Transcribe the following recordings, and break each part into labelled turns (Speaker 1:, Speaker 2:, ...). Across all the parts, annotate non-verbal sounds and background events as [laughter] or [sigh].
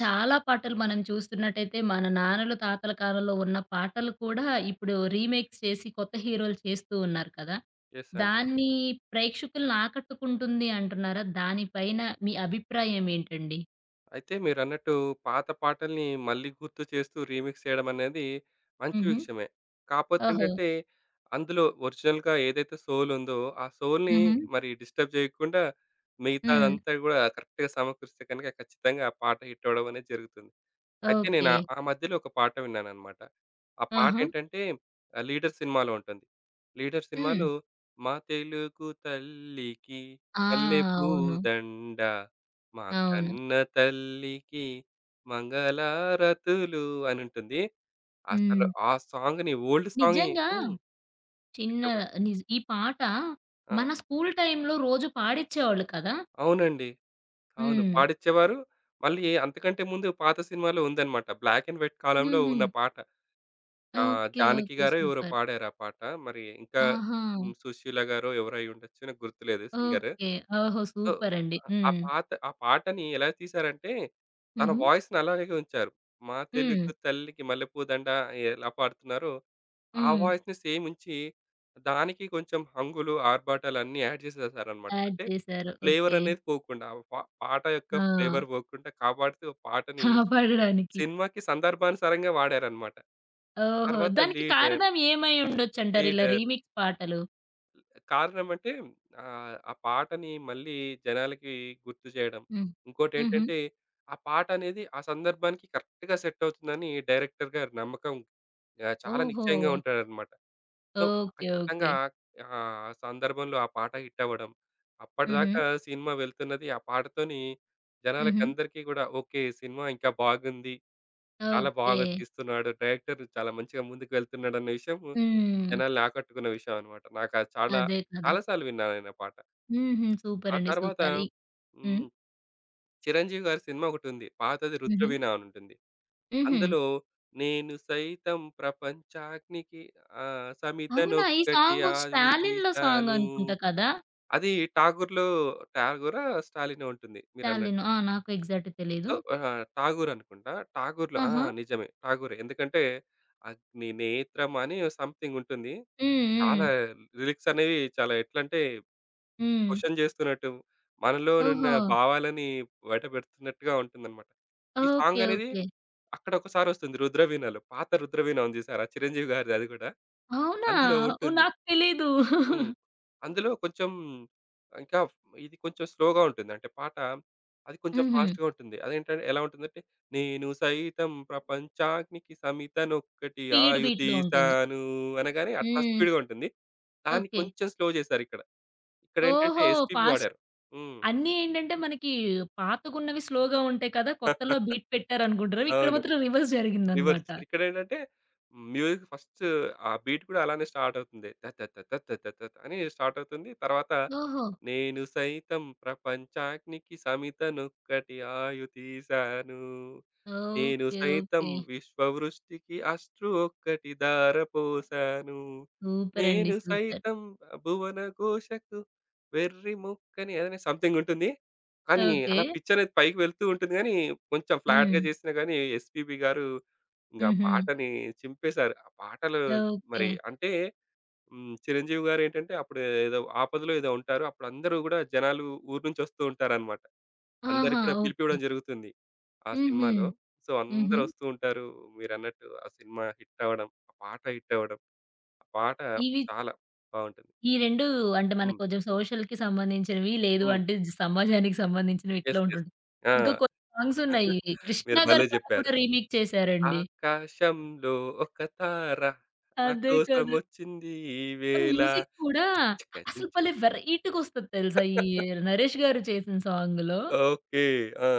Speaker 1: చాలా పాటలు మనం చూస్తున్నట్టయితే మన నాన్నలు, తాతల కాలంలో ఉన్న పాటలు కూడా ఇప్పుడు రీమేక్స్ చేసి కొత్త హీరోలు చేస్తూ ఉన్నారు కదా!
Speaker 2: యెస్ అండి.
Speaker 1: దాన్ని ప్రేక్షకులను ఆకట్టుకుంటుంది అంటున్నారా? దానిపైన మీ అభిప్రాయం ఏంటండి?
Speaker 2: అయితే మీరన్నట్టు పాత పాటల్ని మళ్ళీ గుర్తు చేస్తూ రీమిక్స్ చేయడం అనేది మంచి
Speaker 1: హుహు.
Speaker 2: విషయమే. కాపోతే
Speaker 1: ఓహో!
Speaker 2: ఏంటంటే, అందులో ఒరిజినల్‌గా ఏదైతే సోల్ ఉందో, ఆ సోల్‌ని
Speaker 1: హుహు.
Speaker 2: మరి డిస్టర్బ్ చేయకుండా
Speaker 1: హ్మ్.
Speaker 2: మిగతాదంతా గూడా కరెక్ట్‌గా సమకూరిస్తే కనుక ఖచ్చితంగా ఆ పాట హిట్ అవ్వడం అనేది జరుగుతుంది. అయితే నేను
Speaker 1: ఓకే.
Speaker 2: ఆ ఆ మధ్యలో ఒక పాట విన్నాననమాట. ఆ పాట
Speaker 1: ఆహా!
Speaker 2: ఏంటంటే 'లీడర్' సినిమాలో ఉంటుంది. 'లీడర్'
Speaker 1: హ్మ్.
Speaker 2: సినిమాలో మా తెలుగు తల్లికి
Speaker 1: ఆ!
Speaker 2: పల్లె
Speaker 1: అవును.
Speaker 2: పూదండ, మా
Speaker 1: అవును.
Speaker 2: కన్న తల్లికి మంగళారతులు అనుంటుంది. అసలు
Speaker 1: హ్మ్.
Speaker 2: ఆ సాంగ్‌ని ఓల్డ్ సాంగ్‌ని
Speaker 1: నిజంగా చిన్న
Speaker 2: చెప్పండి.
Speaker 1: నిజ్ ఈ పాట
Speaker 2: ఆ!
Speaker 1: మన స్కూల్ టైమ్‌లో రోజు పాడిచ్చేవాళ్ళు కదా!
Speaker 2: అవునండి. అవును.
Speaker 1: హ్మ్.
Speaker 2: పాడిచ్చేవారు. మళ్ళీ అంతకంటే ముందు పాత సినిమాలో ఉందనమాట. బ్లాక్ అండ్ వైట్ కాలంలో
Speaker 1: హుహు.
Speaker 2: ఉన్న పాట. ఆ!
Speaker 1: ఓకే.
Speaker 2: 'జానకి'
Speaker 1: ఓకే.
Speaker 2: గారో ఎవరో
Speaker 1: సూపర్.
Speaker 2: పాడారు ఆ పాట. మరి ఇంకా
Speaker 1: ఆహా!
Speaker 2: 'సుశీల' గారో ఎవరో అయ్యుండొచ్చు. నాకు గుర్తులేదు సింగర్.
Speaker 1: ఓకే. ఓహో!
Speaker 2: సో,
Speaker 1: సూపరండి.
Speaker 2: ఆ
Speaker 1: హ్మ్.
Speaker 2: పాత ఆ పాటని ఎలా తీశారంటే, తన
Speaker 1: హుహు.
Speaker 2: వాయిస్‌ని అలాగే ఉంచారు. 'మా
Speaker 1: హ్మ్.
Speaker 2: తెలుగు తల్లికి మల్లెపూ దండ' ఎలా పాడుతున్నారో, ఆ
Speaker 1: హ్మ్.
Speaker 2: వాయిస్‌ని సేమ్ ఉంచి, దానికి కొంచెం హంగులు, ఆర్భాటాలు అన్నీ యాడ్ చేసేసారనమాట.
Speaker 1: యాడ్
Speaker 2: అంటే
Speaker 1: చేశారు.
Speaker 2: Flavour
Speaker 1: okay.
Speaker 2: అనేది పోకుండా, ఆ పా పాట యొక్క
Speaker 1: ఆ!
Speaker 2: ఫ్లేవర్ పోకుండా కాపాడుతూ పాటని
Speaker 1: కాపాడడానికి.
Speaker 2: సినిమాకి సందర్భానుసారంగా వాడారనమాట.
Speaker 1: ఓహో!
Speaker 2: తర్వాత
Speaker 1: దానికి కారణం ఏమై ఉండొచ్చంటారు ఇలా
Speaker 2: 'లీడర్'
Speaker 1: రీమిక్స్ పాటలు?
Speaker 2: కారణం అంటే ఆ పాటని మళ్ళీ జనాలకి గుర్తు చేయడం.
Speaker 1: హ్మ్. హుహు.
Speaker 2: ఇంకోటేంటంటే, ఆ పాటనేది ఆ సందర్భానికి కరెక్ట్‌గా సెట్ అవుతుందని డైరెక్టర్ గారి నమ్మకం చాలా
Speaker 1: ఓహో!
Speaker 2: నిశ్చయంగా ఉంటాడనమాట. So,
Speaker 1: okay. ఓకే.
Speaker 2: ఖచ్చితంగా సందర్భంలో ఆ పాట హిట్ అవ్వడం.
Speaker 1: హుహు.
Speaker 2: అప్పటిదాకా సినిమా వెళ్తున్నది ఆ పాటతోని
Speaker 1: హుహు.
Speaker 2: జనాలకందరికీ గూడా ఓకే. సినిమా ఇంకా బాగుంది. చాలా
Speaker 1: ఓకే.
Speaker 2: బాగా తీస్తున్నాడు. డైరెక్టర్ చాలా మంచిగా ముందుకు వెళ్తున్నాడన్న విషయం
Speaker 1: హ్మ్.
Speaker 2: జనాల్ని ఆకట్టుకున్న విషయం అనమాట. నాకది చాలా
Speaker 1: అదే కదా!
Speaker 2: చాలా సార్లు విన్నా నేను ఆ పాట.
Speaker 1: హుహు.
Speaker 2: ఆ
Speaker 1: సూపరండి.
Speaker 2: తర్వాత
Speaker 1: సూపర్. ఈ హ్మ్.
Speaker 2: హ్మ్. చిరంజీవి గారి సినిమా ఒకటుంది. పాతది
Speaker 1: హుహు.
Speaker 2: 'రుద్రవీణ' అని ఉంటుంది.
Speaker 1: హుహు.
Speaker 2: అందులో నేను సైతం ప్రపంచాగ్నికి ఆ
Speaker 1: అవునా! ఈ
Speaker 2: సమితనొక్కటి
Speaker 1: సాంగు
Speaker 2: ఆగు
Speaker 1: 'స్టాలిన్‌లో' సాంగ్
Speaker 2: తీశాను.
Speaker 1: అనుకుంటా కదా!
Speaker 2: అది 'ఠాగూర్‌లో' 'ఠాగూరా? స్టాలినో' ఉంటుంది మీరన్నట్టు.
Speaker 1: స్టాలిన్. ఆ! నాకు ఎగ్జాక్ట్
Speaker 2: సో,
Speaker 1: తెలీదు.
Speaker 2: ఆహా! 'ఠాగూర్' అనుకుంటా. 'ఠాగూర్‌లో' ఆ!
Speaker 1: ఆహా!
Speaker 2: నిజమే 'ఠాగూరే' ఎందుకంటే 'అగ్ని నేత్రం' అని సంథింగ్ ఉంటుంది.
Speaker 1: హ్మ్. హ్మ్.
Speaker 2: చాలా లిరిక్స్ అనేవి చాలా ఎట్లంటే
Speaker 1: హ్మ్.
Speaker 2: క్వెషన్ చేస్తున్నట్టు, మనలో ఉన్న
Speaker 1: ఓహో!
Speaker 2: భావాలని బయటపెడుతున్నట్టుగా ఉంటుందన్నమాట. ఈ
Speaker 1: ఓకే.
Speaker 2: సాంగ్ అనేది
Speaker 1: ఓకే.
Speaker 2: అక్కడొకసారొస్తుంది 'రుద్రవీణలో.' పాత 'రుద్రవీణ' ఉంది చూసారా? చిరంజీవి గారిది అది గూడా.
Speaker 1: అవునా!
Speaker 2: అందులో
Speaker 1: ఓహ్!
Speaker 2: ఉంటుంది.
Speaker 1: నాకు తెలీదు.
Speaker 2: హ్మ్. అందులో కొంచెం ఇంకా ఇది కొంచెం స్లోగా ఉంటుంది. అంటే పాట అది కొంచెం
Speaker 1: హుహు.
Speaker 2: ఫాస్ట్‌గా ఉంటుంది. అదేంటంటే ఎలా ఉంటుందంటే, నేను సైతం ప్రపంచాగ్నికి సమితనొక్కటి
Speaker 1: పీడ్ బీట్‌లో ఉంటుంది.
Speaker 2: ఆయుధీశాను అనగానే అట్లా
Speaker 1: హ్మ్.
Speaker 2: స్పీడ్‌గా ఉంటుంది. దాన్ని
Speaker 1: ఓకే.
Speaker 2: కొంచెం స్లో చేశారిక్కడ. ఇక్కడేంటంటే
Speaker 1: ఓహో!
Speaker 2: ఎస్‌పీబీ
Speaker 1: ఫాస్ట్
Speaker 2: వాడారు. హ్మ్.
Speaker 1: అన్నీ ఏంటంటే మనకి పాతగున్నవి స్లోగా ఉంటాయి కదా! కొత్తలో బీట్ పెట్టారనుకుంటారు. ఇక్కడ
Speaker 2: అవును.
Speaker 1: మాత్రం రివర్స్
Speaker 2: రివర్స్.
Speaker 1: జరిగిందనమాట.
Speaker 2: ఇక్కడేంటంటే మ్యూజిక్ ఫస్ట్ ఆ బీట్ కూడా అలానే స్టార్ట్ అవుతుంది. తత్ తత్ తత్ తత్ తత్ తత్ అని స్టార్ట్ అవుతుంది. తర్వాత
Speaker 1: ఓహో!
Speaker 2: నేను సైతం ప్రపంచాగ్నికి సమితనొక్కటి ఆయు తీశాను. నేను
Speaker 1: ఓకే.
Speaker 2: సైతం
Speaker 1: ఓకే.
Speaker 2: విశ్వవృష్టికి అశ్రు ఒక్కటి ధారపోశాను.
Speaker 1: సూపర్ అండి.
Speaker 2: నేను
Speaker 1: సూపర్.
Speaker 2: సైతం భువన ఘోషకు వెర్రి ముక్కని అనే సంథింగ్ ఉంటుంది. కానీ
Speaker 1: ఓకే.
Speaker 2: అలా పిచ్ అనేది పైకి వెళ్తూ ఉంటుంది గానీ, కొంచెం
Speaker 1: హ్మ్.
Speaker 2: ఫ్లాట్‌గా చేసినా గానీ ఎస్‌పీబీ గారు ఇంక ఆ
Speaker 1: హుహు.
Speaker 2: పాటని చింపేశారు. ఆ పాటలు
Speaker 1: ఓకే.
Speaker 2: మరి అంటే హ్మ్. చిరంజీవి గారేంటంటే అప్పుడు ఏదో ఆపదలో ఏదో ఉంటారు. అప్పుడు అందరూ గూడా జనాలు ఊరు నుంచి వస్తూ ఉంటారనమాట.
Speaker 1: ఆహా!
Speaker 2: అందరికి కూడా
Speaker 1: ఓకే.
Speaker 2: పిలిపివ్వడం జరుగుతుంది. ఆ
Speaker 1: హుహు.
Speaker 2: సినిమాలో. సో,
Speaker 1: హుహు.
Speaker 2: అందరూ వస్తూ ఉంటారు. మీరన్నట్టు ఆ సినిమా హిట్ అవ్వడం, ఆ పాట హిట్ అవ్వడం. ఆ పాట
Speaker 1: ఇవి
Speaker 2: చాలా బావుంటుంది.
Speaker 1: ఈ 2 అంటే మనకు
Speaker 2: హ్మ్.
Speaker 1: కొంచెం సోషల్‌కి సంబంధించినవి. లేదు
Speaker 2: హ్మ్.
Speaker 1: అంటే జ- సమాజానికి సంబంధించినవి ఇట్లా
Speaker 2: యెస్.
Speaker 1: ఉంటుంటాయి.
Speaker 2: ఆ!
Speaker 1: ఇంకా కొన్ని సాంగ్స్ ఉన్నాయి. కృష్ణ
Speaker 2: మీరు భలే
Speaker 1: గారి పాట
Speaker 2: జెప్పారు.
Speaker 1: కూడా రీమేక్ చేశారండి.
Speaker 2: ఆకాశంలో ఒక తార నా
Speaker 1: అదే కదా!
Speaker 2: కోసమొచ్చింది
Speaker 1: ఆ
Speaker 2: ఈవేళ
Speaker 1: మ్యూజిక్ కూడా అసలు భలే వెరైటీగొస్తది తెలుసా? ఈ 'నరేష్' గారు చేసిన సాంగ్‌లో.
Speaker 2: ఓకే. ఆ!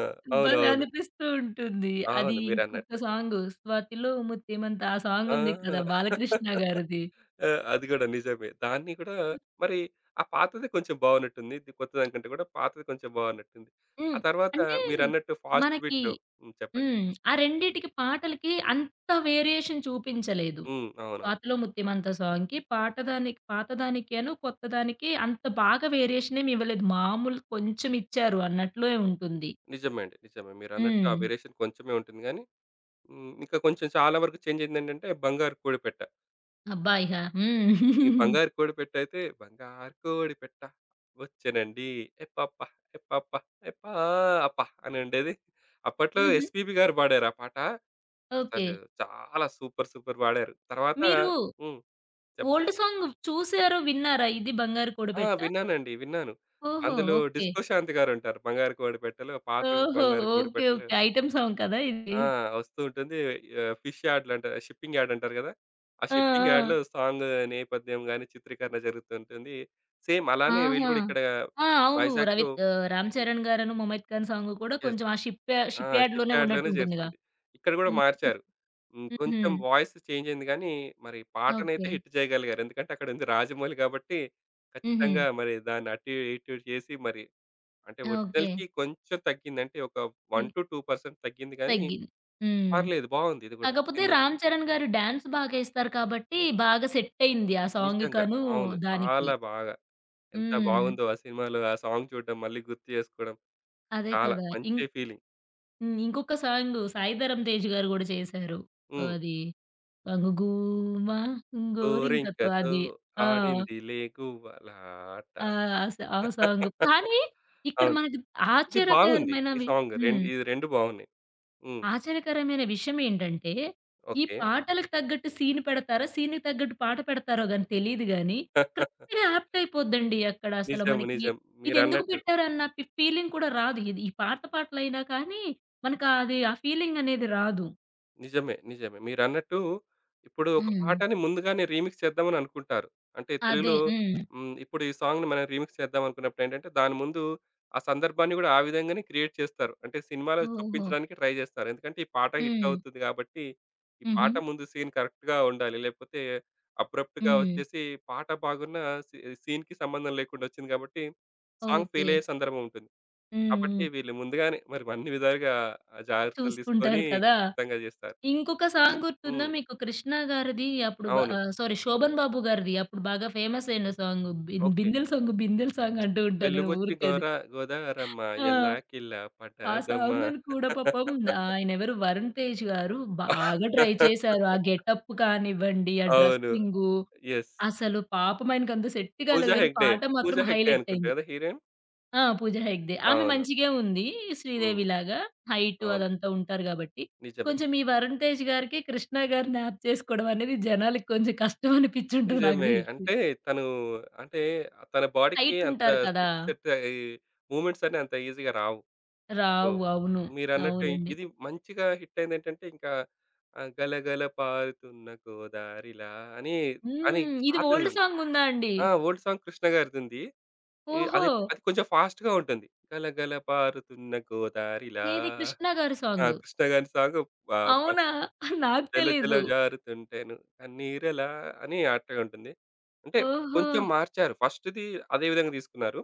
Speaker 1: భలే
Speaker 2: అవునవును.
Speaker 1: అనిపిస్తూ ఉంటుంది. అది
Speaker 2: అవును. మీరన్నట్టే.
Speaker 1: ఇంకొక సాంగ్ 'స్వాతిలో ముత్యమంత' ఆ సాంగ్ ఉంది కదా!
Speaker 2: ఆ!
Speaker 1: బాలకృష్ణ గారిది.
Speaker 2: ఆ! అది గూడా నిజమే. దాన్ని గూడా
Speaker 1: హ్మ్.
Speaker 2: మరి ఆ పాతది కొంచెం బావున్నట్టుంది. ఇది కొత్తదానికంటే గూడా పాతది కొంచెం బావున్నట్టుంది. ఆ
Speaker 1: హ్మ్.
Speaker 2: తర్వాత
Speaker 1: అంటే
Speaker 2: మీరన్నట్టు ఫాస్ట్
Speaker 1: మనకి
Speaker 2: బీట్‌లో హ్మ్. చెప్పండి.
Speaker 1: హ్మ్. ఆ రెండిటికి పాటలకి అంత వేరియేషన్ చూపించలేదు.
Speaker 2: హ్మ్. అవునవును.
Speaker 1: 'స్వాతిలో ముత్యమంత' సాంగ్‌కి పాటదానికి పాతదానికిను, కొత్తదానికి అంత బాగా వేరియేషన్ ఏమి ఇవ్వలేదు. మామూలు కొంచెం ఇచ్చారు అన్నట్లే ఉంటుంది.
Speaker 2: నిజమే అండి. నిజమే. మీరన్నట్టు ఆ
Speaker 1: హ్మ్.
Speaker 2: వేరియేషన్ కొంచెమే ఉంటుంది గానీ, హ్మ్. ఇంకా కొంచెం చాలా వరకు చేంజ్ అయిందేంటంటే 'బంగారు కూడపెట్ట.'
Speaker 1: అబ్బా! ఇహ
Speaker 2: ఈ
Speaker 1: హ్మ్.
Speaker 2: బంగారు కోడిపెట్ట అయితే బంగారు కోడిపెట్ట వచ్చెనండి ఎప్పప్ప ఎప్పప్ప ఎప్పా అప్ప అని ఉండేది. అప్పట్లో
Speaker 1: హుహు.
Speaker 2: ఎస్‌పీబీ గారు పాడారు ఆ పాట.
Speaker 1: ఓకే.
Speaker 2: అసలు చాలా సూపర్ సూపర్ పాడారు. తర్వాత
Speaker 1: మీరు
Speaker 2: హ్మ్. చెప్పండి.
Speaker 1: ఓల్డ్ సాంగ్ చూసారో, విన్నారా? 'ఇది బంగారు
Speaker 2: ఆ!
Speaker 1: కూడబెట్ట'?
Speaker 2: విన్నానండి. విన్నాను.
Speaker 1: ఓహో!
Speaker 2: అందులో
Speaker 1: ఓకే.
Speaker 2: డిస్కో శాంతి గారుంటారు. బంగారు కోడిపెట్టలో పాత
Speaker 1: ఓహో!
Speaker 2: బంగారు
Speaker 1: ఓకే.
Speaker 2: కోడిపెట్టలో
Speaker 1: ఓకే. ఐటెమ్ సాంగ్ కదా ఇది.
Speaker 2: ఆ! వస్తూ ఉంటుంది. ఫిష్ యాడ్‌లు అంటారు. షిప్పింగ్ యాడ్ అంటారు కదా! ఆ
Speaker 1: ఆ!
Speaker 2: షిప్పింగ్
Speaker 1: ఆ!
Speaker 2: యాడ్‌లో సాంగ్ నేపథ్యం గాని, చిత్రీకరణ జరుగుతుంటుంది. సేమ్ అలానే వీళ్ళు
Speaker 1: ఆహా!
Speaker 2: కూడా ఇక్కడ
Speaker 1: ఆ! అవును.
Speaker 2: వైజాగ్‌లో
Speaker 1: 'రామ్
Speaker 2: హ్మ్.
Speaker 1: చరణ్' గారును 'మొమైత్ ఖాన్' సాంగ్ కూడా
Speaker 2: యెస్.
Speaker 1: కొంచెం ఆ షిప్ యా
Speaker 2: ఆ!
Speaker 1: షిప్
Speaker 2: షిప్
Speaker 1: యార్డ్‌లోనే
Speaker 2: యాడ్‌లోనే
Speaker 1: ఉన్నట్టుంటుందిగా.
Speaker 2: జరుగుతుంది. ఇక్కడ కూడా
Speaker 1: హ్మ్.
Speaker 2: మార్చారు. హ్మ్.
Speaker 1: హుహు.
Speaker 2: కొంచెం వాయిస్ చేంజ్ అయింది గానీ, మరి పాటనైతే
Speaker 1: ఓకే.
Speaker 2: హిట్ చేయగలిగారు. ఎందుకంటే అక్కడుంది రాజమౌళి కాబట్టి,
Speaker 1: హుహు.
Speaker 2: ఖచ్చితంగా మరి దాన్ని అటు ఇటు చేసి మరి అంటే
Speaker 1: ఓకే.
Speaker 2: ఒరిజినల్‌కి కొంచెం తగ్గింది. అంటే ఒక
Speaker 1: హ్మ్.
Speaker 2: 1-2% తగ్గింది గానీ,
Speaker 1: తగ్గింది. హ్మ్.
Speaker 2: పర్లేదు బావుంది ఇది కూడా
Speaker 1: కాకపోతే
Speaker 2: సినిమా.
Speaker 1: 'రామ్ చరణ్' గారు డాన్స్ బాగా ఏస్తారు కాబట్టి బాగా సెట్టయింది ఆ
Speaker 2: నిజంగా.
Speaker 1: సాంగ్‌కను
Speaker 2: అవును.
Speaker 1: దానికి.
Speaker 2: చాలా బాగా. ఎంత
Speaker 1: హ్మ్.
Speaker 2: బాగుందో ఆ సినిమాలో ఆ సాంగ్ చూడడం, మళ్ళీ గుర్తు చేసుకోవడం.
Speaker 1: అదే
Speaker 2: చాలా
Speaker 1: కదా! ఇం
Speaker 2: మంచి ఫీలింగ్.
Speaker 1: హ్మ్. ఇంకొక సాంగు 'సాయి ధరమ్ తేజ్' గారు గూడా చేశారు.
Speaker 2: హ్మ్.
Speaker 1: అది సాంగ్ 'గూమా గోరింకతో'
Speaker 2: గోరింకతో
Speaker 1: అది. ఆ!
Speaker 2: ఆడిందిలే గువ్వలాట.
Speaker 1: ఆ! ఆ సాంగు. కానీ ఇక్కడ
Speaker 2: అవును.
Speaker 1: మనకి
Speaker 2: ఇది బాగుంది. ఈ
Speaker 1: ఆశ్చర్యకరమైనవి
Speaker 2: సాంగ్. రెండు
Speaker 1: హ్మ్.
Speaker 2: ఇది 2 బాగున్నాయి. హ్మ్.
Speaker 1: ఆశ్చర్యకరమైన విషయమేంటంటే, ఈ
Speaker 2: ఓకే.
Speaker 1: పాటలకు తగ్గట్టు సీన్ పెడతారా? సీన్‌కి తగ్గట్టు పాట పెడతారో గాని తెలీదు గానీ, కరెక్ట్‌గా
Speaker 2: [laughs]
Speaker 1: యాప్ట్ అయిపోద్దండి అక్కడ. అసలు
Speaker 2: నిజం.
Speaker 1: మనకి
Speaker 2: నిజం.
Speaker 1: ఇదెందుకు
Speaker 2: మీరన్నట్టు
Speaker 1: పెట్టారన్న ఫీలింగ్ కూడా రాదు. ఇది ఈ పాత పాటలైనా కానీ, మనకు అది ఆ ఫీలింగ్ అనేది రాదు.
Speaker 2: నిజమే. నిజమే. మీరన్నట్టు ఇప్పుడు ఒక
Speaker 1: హ్మ్.
Speaker 2: పాటని ముందుగానే రీమిక్స్ చేద్దామని అనుకుంటారు. అంటే
Speaker 1: అదే.
Speaker 2: తెలుగులో
Speaker 1: హ్మ్.
Speaker 2: హ్మ్. ఇప్పుడు ఈ సాంగ్‌ని మనం రీమిక్స్ చేద్దాం అనుకున్నప్పుడేంటంటే, దాని ముందు ఆ సందర్భాన్ని గూడా ఆ విధంగానే క్రియేట్ చేస్తారు. అంటే సినిమాలో
Speaker 1: ఓహో!
Speaker 2: చొప్పించడానికి ట్రై జేస్తారు. ఎందుకంటే ఈ పాట హిట్
Speaker 1: హ్మ్.
Speaker 2: అవుతుంది గాబట్టి, ఈ
Speaker 1: హుహు.
Speaker 2: పాట ముందు సీన్ కరెక్ట్‌గా ఉండాలి. లేకపోతే అబ్రప్ట్‌గా
Speaker 1: హ్మ్.
Speaker 2: వచ్చేసి పాట బాగున్నా సీ సీన్‌కి సంబంధం లేకుండా వచ్చింది గాబట్టి, సాంగ్
Speaker 1: ఓకే.
Speaker 2: ఫెయిల్ అయ్యే సందర్భం ఉంటుంది.
Speaker 1: హ్మ్.
Speaker 2: కాబట్టి
Speaker 1: హ్మ్.
Speaker 2: వీళ్ళు ముందుగానే మరి అన్ని విధాలుగా ఆ జాగ్రత్తలు తీసుకొని
Speaker 1: చూసుకుంటారు కదా!
Speaker 2: ఖచ్చితంగా జేస్తారు.
Speaker 1: ఇంకొక సాంగ్ గుర్తుందా
Speaker 2: హ్మ్.
Speaker 1: మీకు? 'కృష్ణ' గారిది అప్పుడు
Speaker 2: అవును.
Speaker 1: సారీ 'శోభన్ బాబు' గారిది అప్పుడు బాగా ఫేమస్ అయిన సాంగ్.
Speaker 2: ఓకే.
Speaker 1: 'బిందెల సాంగు బిందెల సాంగ్' అంటూ ఉంటా నేను
Speaker 2: "వెలుబుచ్చి
Speaker 1: ఊరికే అది.
Speaker 2: గోర గోదారమ్మ
Speaker 1: ఆ!
Speaker 2: ఎల్లాకిల్ల
Speaker 1: ఆ
Speaker 2: పటాదమ్మ."
Speaker 1: సాంగుని కూడా పాపం ఆయనెవరు 'వరుణ్ తేజ్' గారు బాగా ట్రై చేశారు. ఆ గెటప్ కానివ్వండి, ఆ
Speaker 2: అవును.
Speaker 1: Dressing
Speaker 2: yes.
Speaker 1: అసలు పాపం ఆయనకంత సెట్ కాలేదు
Speaker 2: 'పూజా
Speaker 1: గానీ
Speaker 2: హెగ్డే.'
Speaker 1: పాట మాత్రం
Speaker 2: 'పూజా హెగ్డే'
Speaker 1: హైలైట్
Speaker 2: అనుకుంటా
Speaker 1: అయింది.
Speaker 2: కదా హీరోయిన్?
Speaker 1: ఆ! 'పూజ హెగ్డే.' ఆమె
Speaker 2: అవును.
Speaker 1: మంచిగే ఉంది.
Speaker 2: హ్మ్.
Speaker 1: శ్రీదేవిలాగా హైట్
Speaker 2: అవును.
Speaker 1: అదంతా ఉంటారు గాబట్టి.
Speaker 2: నిజమే.
Speaker 1: కొంచెం ఈ 'వరుణ్ తేజ్' గారికి 'కృష్ణ' గారిని మ్యాప్ చేసుకోవడం అనేది జనాలకి కొంచెం కష్టం అనిపిచ్చుంటది నాకు
Speaker 2: నిజమే.
Speaker 1: దెలిసి.
Speaker 2: అంటే తను అంటే తన బాడీకి
Speaker 1: హైట్
Speaker 2: అంత
Speaker 1: ఉంటారు కదా!
Speaker 2: సెట్ సెట్ అయ్యి మూవ్‌మెంట్స్ అన్నీ అంత ఈజీగా రావు. సో,
Speaker 1: రావు. అవును.
Speaker 2: మీరన్నట్టు
Speaker 1: అవునండి.
Speaker 2: ఇది మంచిగా హిట్ అయిందేంటంటే ఇంకా 'గలగల పారుతున్న గోదారిలా' అని అని
Speaker 1: హ్మ్. ఇది ఓల్డ్
Speaker 2: పాతదుంది.
Speaker 1: సాంగ్ ఉందా అండి?
Speaker 2: ఆ! ఓల్డ్ సాంగ్ కృష్ణ గారిదుంది. ఈ
Speaker 1: ఓహో!
Speaker 2: అది అది కొంచెం ఫాస్ట్‌గా ఉంటుంది. 'గలగల పారుతున్న గోదారిలా'
Speaker 1: ఏది 'కృష్ణ' గారి
Speaker 2: ఆ!
Speaker 1: సాంగు.
Speaker 2: కృష్ణ గారి సాంగ్
Speaker 1: అవునా?
Speaker 2: ఫస్ట్
Speaker 1: నాకు
Speaker 2: 'జల జల
Speaker 1: తెలీదు.
Speaker 2: జారుతుంటేను కన్నీరలా' అని అట్టగా ఉంటుంది. అంటే
Speaker 1: ఓహో!
Speaker 2: కొంచెం మార్చారు. ఫస్ట్‌ది అదే విధంగా తీసుకున్నారు.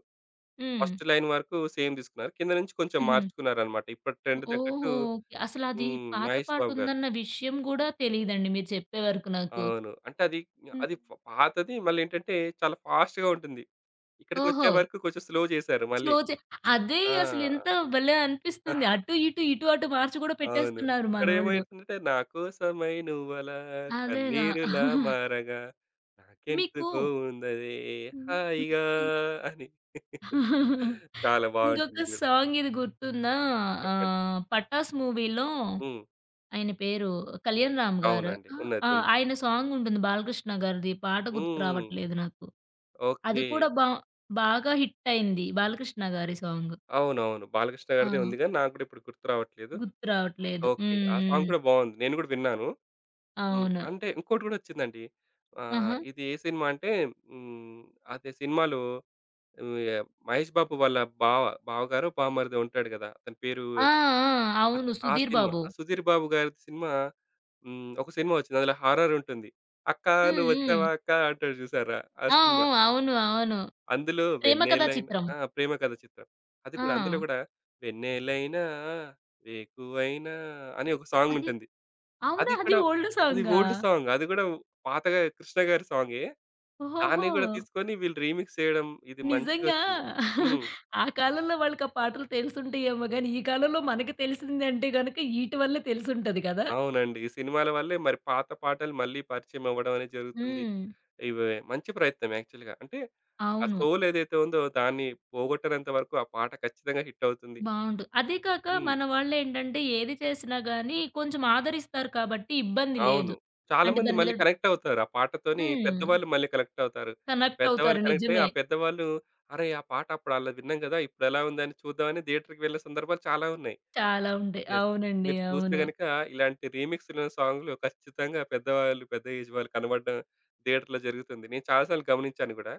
Speaker 1: హ్మ్.
Speaker 2: ఫస్ట్ లైన్ వరకు సేమ్ తీసుకున్నారు. కింద నుంచి కొంచెం
Speaker 1: హుహు.
Speaker 2: మార్చుకున్నారన్నమాట. ఇప్పటి ట్రెండ్
Speaker 1: ఓహో!
Speaker 2: తగ్గట్టు
Speaker 1: ఓకే. అసలది
Speaker 2: హ్మ్.
Speaker 1: పాత
Speaker 2: 'మహేష్ బాబు' గారు.
Speaker 1: పాటుందన్న విషయం గూడా తెలీదండి మీరు చెప్పే వరకు నాకు.
Speaker 2: అవును. అంటే అది
Speaker 1: హ్మ్.
Speaker 2: అది పాతది మళ్ళేంటంటే చాలా ఫాస్ట్‌గా ఉంటుంది. ఇక్కడికొచ్చే
Speaker 1: ఓహో!
Speaker 2: వరకు కొంచెం స్లో చేశారు మళ్ళీ.
Speaker 1: స్లో చే అదే
Speaker 2: ఆ!
Speaker 1: అసలు ఎంత భలే అనిపిస్తుంది.
Speaker 2: [laughs]
Speaker 1: అటు ఇటు, ఇటు అటు మార్చి కూడా
Speaker 2: అవును.
Speaker 1: పెట్టేస్తున్నారు
Speaker 2: ఇక్కడేమో
Speaker 1: మనోళ్ళు.
Speaker 2: ఏంటంటే నా కోసమై నువ్వలా
Speaker 1: అదేగా.
Speaker 2: కన్నీరులా మారగా
Speaker 1: మీకు
Speaker 2: నాకెందుకో ఉందదే హాయిగా అని. [laughs] చాలా బావుంటుంది
Speaker 1: ఇంకొక
Speaker 2: ఇది గూడా.
Speaker 1: సాంగ్ ఇది గుర్తుందా?
Speaker 2: చెప్పండి.
Speaker 1: 'పటాస్' మూవీలో
Speaker 2: హ్మ్.
Speaker 1: ఆయన పేరు కళ్యాణ్ రామ్ గారు.
Speaker 2: అవునండి.
Speaker 1: ఆ!
Speaker 2: ఉన్నది.
Speaker 1: ఆ!
Speaker 2: ఉంది.
Speaker 1: ఆయన సాంగ్ ఉంటుంది బాలకృష్ణ గారిది. పాట గుర్తు
Speaker 2: హ్మ్.
Speaker 1: రావట్లేదు నాకు. అది
Speaker 2: ఓకే.
Speaker 1: కూడా బాగా హిట్ అయింది. బాలకృష్ణ గారి సాంగ్.
Speaker 2: అవునవును. బాలకృష్ణ
Speaker 1: ఆ!
Speaker 2: గారిదే ఉంది గానీ నాకు గూడా ఇప్పుడు గుర్తు రావట్లేదు.
Speaker 1: గుర్తు రావట్లేదు.
Speaker 2: ఓకే.
Speaker 1: హ్మ్.
Speaker 2: ఆ సాంగ్
Speaker 1: హ్మ్.
Speaker 2: కూడా బావుంది. నేను గూడా విన్నాను. హ్మ్.
Speaker 1: అవును.
Speaker 2: అంటే ఇంకోటి గూడా వచ్చిందండి.
Speaker 1: ఆహా!
Speaker 2: ఇది ఏ సినిమా అంటే హ్మ్, అదే సినిమాలో ఆహ్, య 'మహేష్ బాబు' వాళ్ళ బావ బావగారో, బావమరిదో ఉంటాడు గదా! అతని పేరు
Speaker 1: ఆ! ఆ!
Speaker 2: అత
Speaker 1: అవును.
Speaker 2: ఆ
Speaker 1: 'సుధీర్
Speaker 2: సినిమా
Speaker 1: బాబు.'
Speaker 2: ఆ 'సుధీర్ బాబు' గారి సినిమా హ్మ్, ఒక సినిమా వచ్చింది. అందులో హారర్ ఉంటుంది. అక్కా
Speaker 1: హ్మ్. హ్మ్.
Speaker 2: నువ్వొచ్చావా అక్కా అంటాడు చూసారా? ఆ
Speaker 1: ఆ! ఆ!
Speaker 2: సినిమా.
Speaker 1: అవును. అవును.
Speaker 2: అందులో
Speaker 1: 'ప్రేమ కథా
Speaker 2: వెన్నెలైనా
Speaker 1: చిత్రం.'
Speaker 2: ఆ! 'ప్రేమ కథ చిత్రం.' అది కూడా
Speaker 1: ఆ!
Speaker 2: అందులో గూడా వెన్నెలైనా వేకువైనా అని ఒక సాంగ్
Speaker 1: అది
Speaker 2: ఉంటుంది.
Speaker 1: అవునా!
Speaker 2: అది
Speaker 1: అది
Speaker 2: కూడా
Speaker 1: ఓల్డ్
Speaker 2: అది
Speaker 1: సాంగా?
Speaker 2: Old song. అది గూడా పాతగా కృష్ణ గారి సాంగే. దాన్ని
Speaker 1: ఓహోహో!
Speaker 2: గూడా తీసుకొని వీళ్ళు రీమిక్స్ చేయడం ఇది
Speaker 1: నిజంగా
Speaker 2: మంచిగొచ్చింది. హ్మ్.
Speaker 1: ఆ కాలంలో వాళ్ళకి ఆ పాటలు తెలిసుంటాయేమో గాని, ఈ కాలంలో మనకి తెలిసిందంటే గనక ఈటి వల్లే తెలిసుంటది కదా!
Speaker 2: అవునండి. ఈ సినిమాల వల్లే మరి పాత పాటలు మళ్ళీ పరిచయం అవ్వడం అనేది జరుగుతుంది.
Speaker 1: హ్మ్.
Speaker 2: ఇవి మంచి ప్రయత్నం యాక్చువల్‌గా. అంటే ఆ
Speaker 1: అవును.
Speaker 2: సోల్ ఏదైతే ఉందో దాన్ని పోగొట్టనంత వరకు ఆ పాట ఖచ్చితంగా హిట్ అవుతుంది.
Speaker 1: బావుండు. అదే కాక
Speaker 2: హ్మ్.
Speaker 1: మన వాళ్ళేంటంటే ఏది చేసినా గాని కొంచెం ఆదరిస్తారు కాబట్టి ఇబ్బంది
Speaker 2: అవును.
Speaker 1: లేదు. అంటే
Speaker 2: చాలామంది
Speaker 1: దాని మీద
Speaker 2: మళ్ళీ కనెక్ట్ అవుతారు. ఆ పాటతోని
Speaker 1: హ్మ్.
Speaker 2: పెద్దవాళ్ళు మళ్ళీ కనెక్ట్ అవుతారు.
Speaker 1: కనెక్ట్
Speaker 2: పెద్దవాళ్ళు
Speaker 1: అవుతారు.
Speaker 2: కనెక్ట్ అయ్యి,
Speaker 1: నిజమే.
Speaker 2: ఆ పెద్దవాళ్ళు అరె! ఆ పాట అప్పుడు అలా విన్నాం గదా! ఇప్పుడెలా ఉందని చూద్దామని థియేటర్‌కి వెళ్ళే సందర్భాలు చాలా ఉన్నాయి.
Speaker 1: చాలా ఉంటాయి.
Speaker 2: యెస్.
Speaker 1: అవునండి.
Speaker 2: మీరు చూస్తే
Speaker 1: అవును.
Speaker 2: గనుక ఇలాంటి రీమిక్స్‌లు సాంగ్‌లు ఖచ్చితంగా పెద్దవాళ్ళు, పెద్ద ఏజ్ వాళ్ళు కనబడడం థియేటర్‌లో జరుగుతుంది. నేను చాలా సార్లు గమనించాను గూడా.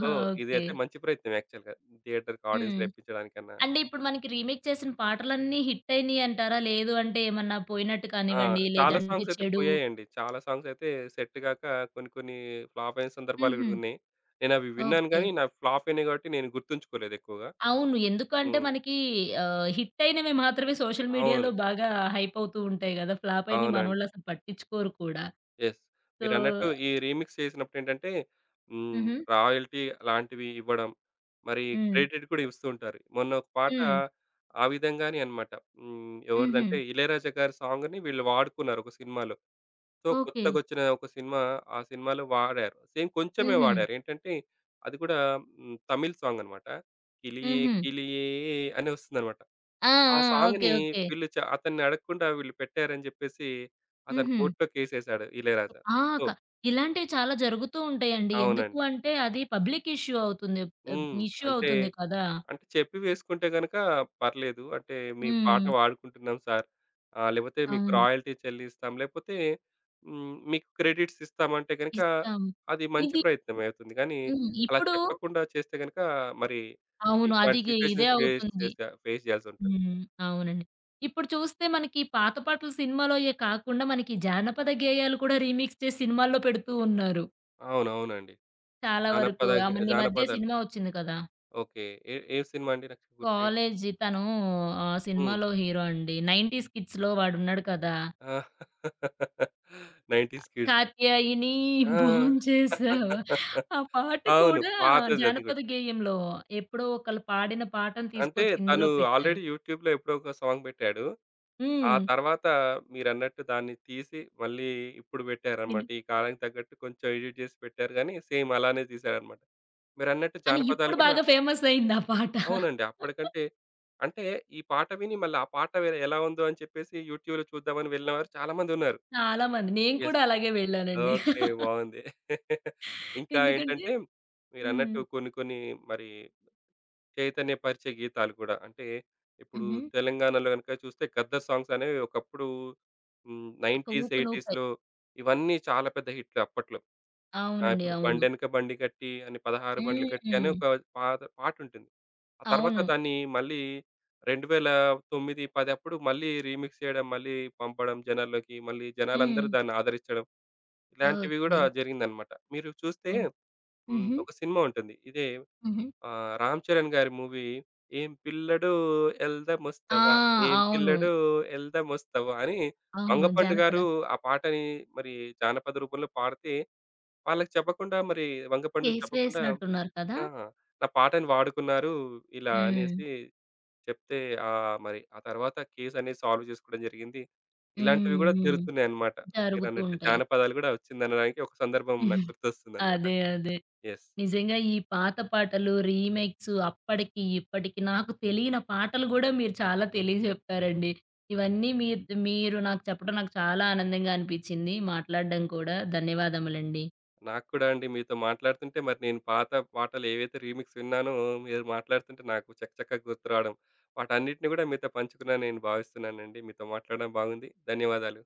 Speaker 2: So,
Speaker 1: okay.
Speaker 2: ఇదైతే మంచి ప్రయత్నం యాక్చువల్‌గా. థియేటర్‌కి
Speaker 1: హ్మ్.
Speaker 2: ఆడియన్స్‌ని రప్పించడానికన్నా.
Speaker 1: అంటే ఇప్పుడు మనకి రీమేక్ చేసిన పాటలన్నీ హిట్ అయినియి అంటారా? లేదు అంటే ఏమన్నా పోయినట్టు
Speaker 2: ఆ!
Speaker 1: కానివ్వండి,
Speaker 2: చాలా
Speaker 1: లేదంటే
Speaker 2: సాంగ్స్ అయితే
Speaker 1: చెడు
Speaker 2: పోయాయండి. చాలా సాంగ్స్ అయితే సెట్ గాక కొన్ని కొన్ని ఫ్లాప్ అయిన సందర్భాలు
Speaker 1: హుహు.
Speaker 2: గూడా ఉన్నాయి. నేనవి విన్నాను
Speaker 1: ఓకే.
Speaker 2: గానీ, నాకు ఫ్లాప్ అయినాయి గాబట్టి నేను గుర్తుంచుకోలేదు ఎక్కువగా.
Speaker 1: అవును. ఎందుకంటే
Speaker 2: హ్మ్.
Speaker 1: మనకి హిట్ అయినవి మాత్రమే సోషల్
Speaker 2: అవును.
Speaker 1: మీడియాలో బాగా హైప్ అవుతూ ఉంటాయి గదా! ఫ్లాప్ అయినయి మనోళ్ళు
Speaker 2: అవునండి.
Speaker 1: అసలు పట్టించుకోరు కూడా.
Speaker 2: యెస్.
Speaker 1: సో
Speaker 2: మీరన్నట్టు ఈ రీమిక్స్ చేసినప్పుడేంటంటే హ్మ్.
Speaker 1: హుహు.
Speaker 2: రాయల్టీ లాంటివి ఇవ్వడం, మరి
Speaker 1: హ్మ్.
Speaker 2: క్రెడిట్ గూడా ఇస్తూ ఉంటారు. మొన్న ఒక పాట
Speaker 1: హ్మ్.
Speaker 2: ఆ విధంగానే అన్నమాట. హ్మ్.
Speaker 1: హుహు.
Speaker 2: ఎవరిదంటే 'ఇళయరాజా' గారి సాంగ్‌ని వీళ్ళు వాడుకున్నారు ఒక సినిమాలో. So,
Speaker 1: okay.
Speaker 2: కొత్తగొచ్చిన ఒక సినిమా, ఆ సినిమాలో వాడారు. సేమ్ కొంచెమే
Speaker 1: హుహు.
Speaker 2: వాడారు. ఏంటంటే, అది కూడా హ్మ్, తమిళ్ సాంగనమాట. 'కిలియే
Speaker 1: హుహు.
Speaker 2: కిలియే' అని వస్తుందనమాట.
Speaker 1: ఆ!
Speaker 2: ఆ
Speaker 1: ఆ! ఓకే.
Speaker 2: సాంగ్‌ని
Speaker 1: ఓకే.
Speaker 2: వీళ్ళు అతన్ని అడగకుండా వీళ్ళు పెట్టారని జెప్పేసి, అతను
Speaker 1: హుహు.
Speaker 2: కోర్ట్‌లో కేసేశాడు ఇళయరాజా.
Speaker 1: ఆ!
Speaker 2: సో
Speaker 1: క ఇలాంటివి చాలా జరుగుతూ ఉంటాయండి. ఎందుకు
Speaker 2: అవునండి.
Speaker 1: అంటే అది పబ్లిక్ ఇష్యూ అవుతుంది. ఆహ్,
Speaker 2: హ్మ్.
Speaker 1: ఇష్యూ
Speaker 2: అంటే
Speaker 1: అవుతుంది కదా!
Speaker 2: అంటే చెప్పి వేసుకుంటే గనక పర్లేదు. అంటే, "మీ పాట
Speaker 1: హ్మ్.
Speaker 2: వాడుకుంటున్నాం సార్. లేపోతే మీకు
Speaker 1: అవును.
Speaker 2: రాయల్టీ చెల్లిస్తాం. లేపోతే హ్మ్, మీకు క్రెడిట్స్ ఇస్తాం" అంటే గనక
Speaker 1: ఇస్తాం.
Speaker 2: అది మంచి
Speaker 1: ఇది
Speaker 2: ప్రయత్నమే అవుతుంది. కానీ
Speaker 1: హ్మ్.
Speaker 2: అలా
Speaker 1: ఇప్పుడు
Speaker 2: చెప్పకుండా చేస్తే గనక మరి
Speaker 1: అవును. అది
Speaker 2: ఇట్లాంటి
Speaker 1: గి ఇదే
Speaker 2: సిట్యుయేషన్స్
Speaker 1: అవుతుంది.
Speaker 2: ఫేస్ చేయాల్సుంటది.
Speaker 1: హ్మ్. అవునండి. ఇప్పుడు చూస్తే మనకి పాత పాటలు సినిమాలోయే కాకుండా మనకి జానపద గేయాలు కూడా రీమిక్స్ చేసి సినిమాల్లో పెడుతూ ఉన్నారు.
Speaker 2: అవునవునండి.
Speaker 1: చాలా వరకు. ఆ! మొన్న ఈ మధ్య
Speaker 2: జానపదాలు.
Speaker 1: సినిమా వచ్చింది కదా!
Speaker 2: ఓకే. ఏ ఏ సినిమా అండి నాకు గుర్తు
Speaker 1: కాలేజీ తను ఆ
Speaker 2: హ్మ్.
Speaker 1: సినిమాలో హీరో అండి. 90స్ కిడ్స్‌లో వాడున్నాడు కదా!
Speaker 2: ఆ! 'నైన్‌టీస్ కిడ్స్'
Speaker 1: కాత్యాయిని
Speaker 2: [laughs] ఆ!
Speaker 1: భోంచేసావా? ఆ పాట
Speaker 2: అవును.
Speaker 1: కూడా
Speaker 2: పాతది అది
Speaker 1: జానపద
Speaker 2: గూడా.
Speaker 1: గేయంలో ఎప్పుడో ఒకళ్ళు పాడిన పాటను
Speaker 2: అంటే
Speaker 1: తీసుకొచ్చి
Speaker 2: తను
Speaker 1: ఇందులో పెట్టారు.
Speaker 2: ఆల్రెడీ యూట్యూబ్‌లో ఎప్పుడో ఒక సాంగ్ పెట్టాడు. ఆ
Speaker 1: హ్మ్.
Speaker 2: తర్వాత మీరన్నట్టు దాన్ని తీసి మళ్ళీ ఇప్పుడు
Speaker 1: సిని
Speaker 2: పెట్టారన్నమాట. ఈ కాలానికి తగ్గట్టు కొంచెం ఎడిట్ చేసి పెట్టారు గానీ, సేమ్ అలానే తీశారన్నమాట. మీరన్నట్టు
Speaker 1: కానీ
Speaker 2: జానపదాలు
Speaker 1: ఇప్పుడు
Speaker 2: కూడా
Speaker 1: బాగా ఫేమస్ అయింది ఆ పాట.
Speaker 2: అవునండి. అప్పటికంటే అంటే ఈ పాట విని మళ్ళీ ఆ పాట వేరే ఎలా ఉందో అని చెప్పేసి యూట్యూబ్‌లో చూద్దామని వెళ్ళినవారు చాలా మందున్నారు.
Speaker 1: చాలా మంది. నేను
Speaker 2: యెస్.
Speaker 1: కూడా అలాగే వెళ్ళానండి.
Speaker 2: ఓకే. బాగుంది. [laughs] ఇంకా
Speaker 1: ఎందుకంటే
Speaker 2: ఏంటంటే
Speaker 1: హ్మ్.
Speaker 2: మీరన్నట్టు కొన్ని కొన్ని మరి చైతన్యపరిచే గీతాలు కూడా. అంటే ఇప్పుడు
Speaker 1: హుహు.
Speaker 2: తెలంగాణలో గనుక చూస్తే 'గద్దర్' సాంగ్స్ అనేవి ఒకప్పుడు హ్మ్,
Speaker 1: ఒక
Speaker 2: 90స్,
Speaker 1: ఊపు నువుపై.
Speaker 2: 80స్‌లో ఇవన్నీ చాలా పెద్ద హిట్లు అప్పట్లో. ఆ!
Speaker 1: అవునండి.
Speaker 2: ఇప్పుడు
Speaker 1: అవును.
Speaker 2: 'బండెనక బండి కట్టి' అని 16 బండ్లు కట్టి అని
Speaker 1: హ్మ్.
Speaker 2: ఒక పాత పాటుంటుంది. ఆ తర్వాత
Speaker 1: అవును.
Speaker 2: దాన్ని మళ్ళీ 2009, 10 అప్పుడు మళ్ళీ రీమిక్స్ చేయడం, మళ్ళీ పంపడం జనాల్లోకి. మళ్ళీ
Speaker 1: హ్మ్.
Speaker 2: జనాలందరూ దాన్ని ఆదరించడం. ఇలాంటివి గూడా
Speaker 1: ఓకే.
Speaker 2: జరిగిందనమాట. మీరు చూస్తే
Speaker 1: ఓహ్!
Speaker 2: హ్మ్,
Speaker 1: హుహు.
Speaker 2: ఒక సినిమా ఉంటుంది. ఇదే
Speaker 1: హుహు.
Speaker 2: ఆ! 'రామ్ చరణ్' గారి మూవీ 'ఏం పిల్లడో
Speaker 1: ఆ!
Speaker 2: ఎల్దామొస్తవా, 'ఏం
Speaker 1: అవును.
Speaker 2: పిల్లడో ఎల్దామొస్తవా' అని
Speaker 1: అవును.
Speaker 2: వంగపండు గారు
Speaker 1: జానపద.
Speaker 2: ఆ పాటని మరి జానపద రూపంలో పాడితే, వాళ్ళకి చెప్పకుండా మరి వంగపండుకి
Speaker 1: కేసు
Speaker 2: చెప్పకుండా
Speaker 1: వేసినట్టున్నారు కదా!
Speaker 2: ఆ! నా పాటని వాడుకున్నారు ఇలా
Speaker 1: హ్మ్.
Speaker 2: అనేసి చెప్తే మరి ఆ తర్వాత కేస్ అనేది సాల్వ్ చేసుకోవడం జరిగింది. ఇలాంటివి
Speaker 1: హ్మ్.
Speaker 2: కూడా
Speaker 1: హ్మ్.
Speaker 2: జరుగుతున్నాయన్నమాట.
Speaker 1: జరుగుతూ
Speaker 2: మీరన్నట్టు
Speaker 1: ఉంటాయి.
Speaker 2: జానపదాలు కూడా వచ్చిందనడానికి ఒక సందర్భం నాకు గుర్తొస్తుందన్నమాట.
Speaker 1: అదే. అదే.
Speaker 2: యెస్.
Speaker 1: నిజంగా ఈ పాత పాటలు, రీమేక్స్ అప్పటికి, ఇప్పటికి నాకు తెలియని పాటలు గూడా మీరు చాలా తెలియజెప్పారండి. ఇవన్నీ మీ మీరు నాకు చెప్పడం నాకు చాలా ఆనందంగా అనిపిచ్చింది. మాట్లాడడం కూడా. ధన్యవాదములండి.
Speaker 2: నాకు కూడా అండి మీతో మాట్లాడుతుంటే మరి నేను పాత పాటలు ఏవైతే రీమిక్స్ విన్నానో మీరు మాట్లాడుతుంటే నాకు చకచకా గుర్తురావడం వాటన్నిటిని కూడా మీతో పంచుకున్నాను నేను భావిస్తున్నానండి. మీతో మాట్లాడడం బాగుంది. ధన్యవాదాలు.